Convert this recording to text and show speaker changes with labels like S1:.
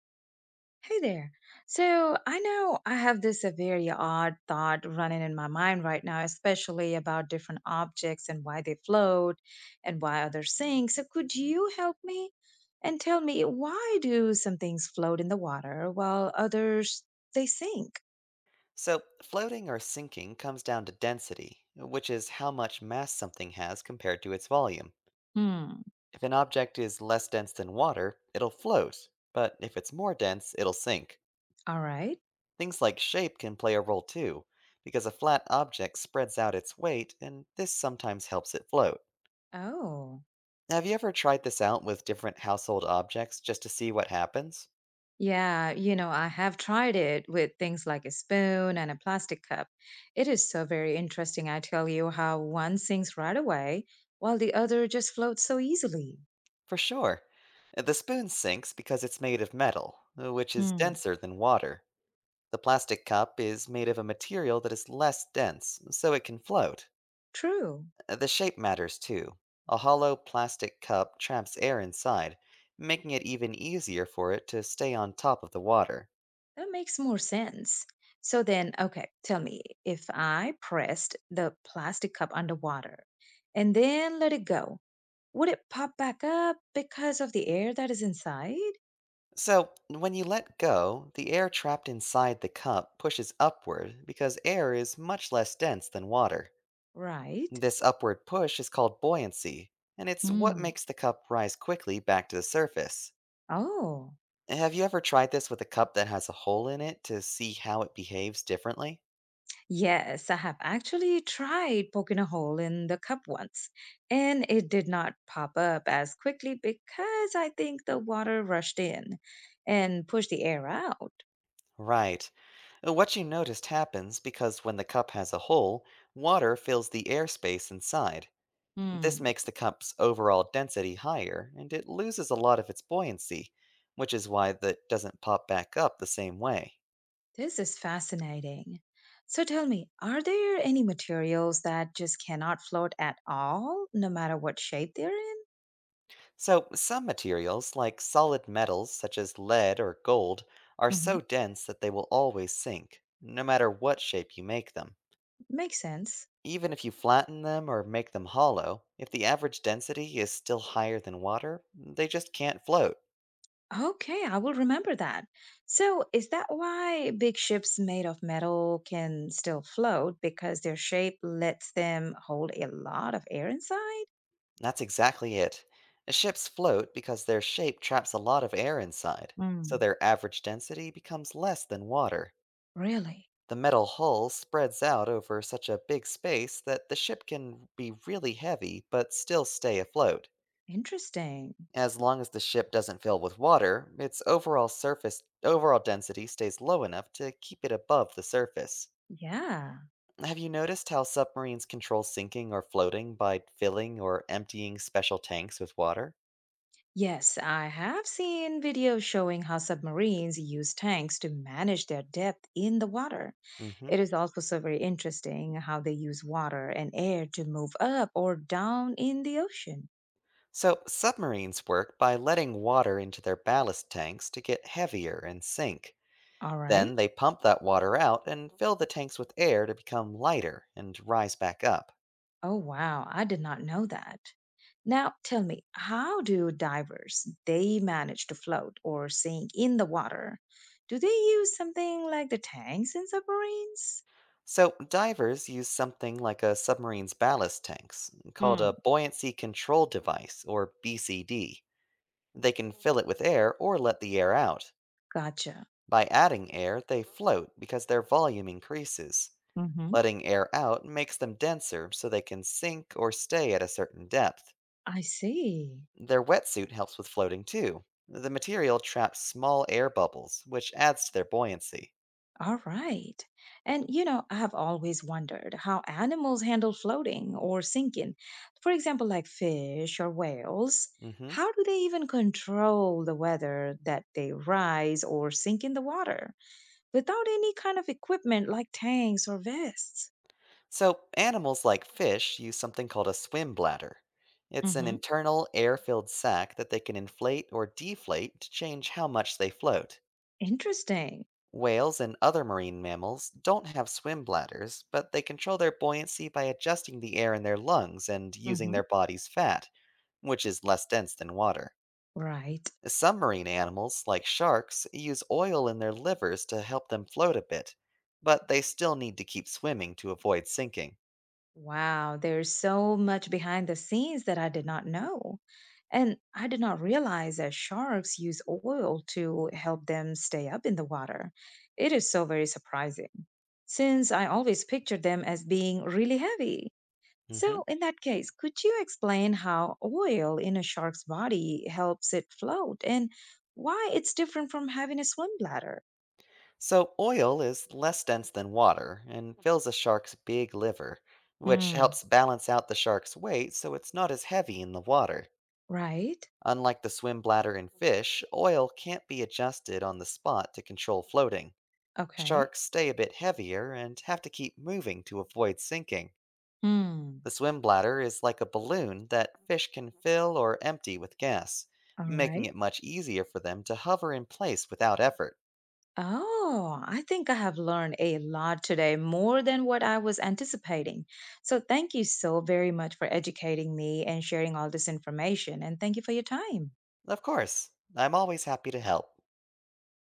S1: Hey there. So I know I have this a very odd thought running in my mind right now, especially about different objects and why they float and why others sink. So could you help me and tell me why do some things float in the water while others they sink?
S2: So, floating or sinking comes down to density, which is how much mass something has compared to its volume.
S1: Hmm.
S2: If an object is less dense than water, it'll float, but if it's more dense, it'll sink.
S1: All right.
S2: Things like shape can play a role too, because a flat object spreads out its weight, and this sometimes helps it float.
S1: Oh.
S2: Now, have you ever tried this out with different household objects just to see what happens?
S1: Yeah, you know, I have tried it with things like a spoon and a plastic cup. It is so very interesting, I tell you, how one sinks right away while the other just floats so easily.
S2: For sure. The spoon sinks because it's made of metal, which is
S1: Hmm,
S2: denser than water. The plastic cup is made of a material that is less dense, so it can float.
S1: true.
S2: The shape matters too. A hollow plastic cup traps air inside, making it even easier for it to stay on top of the water.
S1: That makes more sense. So then, okay, tell me, if I pressed the plastic cup underwater and then let it go, would it pop back up because of the air that is inside?
S2: So, when you let go, the air trapped inside the cup pushes upward because air is much less dense than water.
S1: Right?
S2: This upward push is called buoyancy, and it's what
S1: Hmm.
S2: makes the cup rise quickly back to the surface.
S1: Oh.
S2: Have you ever tried this with a cup that has a hole in it to see how it behaves differently?
S1: Yes, I have actually tried poking a hole in the cup once, and it did not pop up as quickly because I think the water rushed in and pushed the air out.
S2: Right. What you noticed happens because when the cup has a hole, water fills the airspace inside. This
S1: Hmm,
S2: makes the cup's overall density higher, and it loses a lot of its buoyancy, which is why that doesn't pop back up the same way.
S1: this is fascinating. So tell me, are there any materials that just cannot float at all, no matter what shape they're in?
S2: So, some materials, like solid metals such as lead or gold, are
S1: Hmm.
S2: so dense that they will always sink, no matter what shape you make them.
S1: Makes sense.
S2: Even if you flatten them or make them hollow, if the average density is still higher than water, they just can't float.
S1: Okay, I will remember that. So, is that why big ships made of metal can still float? Because their shape lets them hold a lot of air inside?
S2: That's exactly it. Ships float because their shape traps a lot of air inside, so
S1: Mm.
S2: their average density becomes less than water.
S1: Really?
S2: The metal hull spreads out over such a big space that the ship can be really heavy but still stay afloat.
S1: Interesting.
S2: As long as the ship doesn't fill with water, its overall density stays low enough to keep it above the surface.
S1: Yeah.
S2: Have you noticed how submarines control sinking or floating by filling or emptying special tanks with water?
S1: Yes, I have seen videos showing how submarines use tanks to manage their depth in the water.
S2: hmm
S1: It is also so very interesting how they use water and air to move up or down in the ocean.
S2: So, submarines work by letting water into their ballast tanks to get heavier and sink.
S1: All
S2: Then
S1: right.
S2: they pump that water out and fill the tanks with air to become lighter and rise back up.
S1: Oh, wow. I did not know that. Now tell me, how do divers they manage to float or sink in the water? Do they use something like the tanks in submarines?
S2: So, divers use something like a submarine's ballast tanks, called a
S1: Hmm,
S2: buoyancy control device, or BCD. They can fill it with air or let the air out.
S1: gotcha.
S2: By adding air, they float because their volume increases.
S1: Hmm.
S2: Letting air out makes them denser so they can sink or stay at a certain depth.
S1: I see.
S2: Their wetsuit helps with floating too. The material traps small air bubbles, which adds to their buoyancy.
S1: All right. And you know, I have always wondered how animals handle floating or sinking. For example, like fish or whales.
S2: hmm
S1: How do they even control the whether that they rise or sink in the water? Without any kind of equipment like tanks or vests.
S2: So, animals like fish use something called a swim bladder. It's an
S1: Mm-hmm.
S2: internal air filled sac that they can inflate or deflate to change how much they float.
S1: Interesting.
S2: Whales and other marine mammals don't have swim bladders, but they control their buoyancy by adjusting the air in their lungs and using
S1: Mm-hmm.
S2: their body's fat, which is less dense than water.
S1: Right.
S2: Some marine animals, like sharks, use oil in their livers to help them float a bit, but they still need to keep swimming to avoid sinking.
S1: Wow. There's so much behind the scenes that I did not know. And I did not realize that sharks use oil to help them stay up in the water. It is so very surprising, since I always pictured them as being really heavy.
S2: Mhm.
S1: So, in that case, could you explain how oil in a shark's body helps it float and why it's different from having a swim bladder?
S2: So, oil is less dense than water and fills a shark's big liver, which
S1: Hmm.
S2: helps balance out the shark's weight so it's not as heavy in the water.
S1: Right?
S2: Unlike the swim bladder in fish, oil can't be adjusted on the spot to control floating.
S1: Okay.
S2: Sharks stay a bit heavier and have to keep moving to avoid sinking.
S1: Hmm.
S2: The swim bladder is like a balloon that fish can fill or empty with gas,
S1: All
S2: making
S1: right.
S2: it much easier for them to hover in place without effort.
S1: Oh, I think I have learned a lot today, more than what I was anticipating. So, thank you so very much for educating me and sharing all this information. And thank you for your time.
S2: Of course, I'm always happy to help.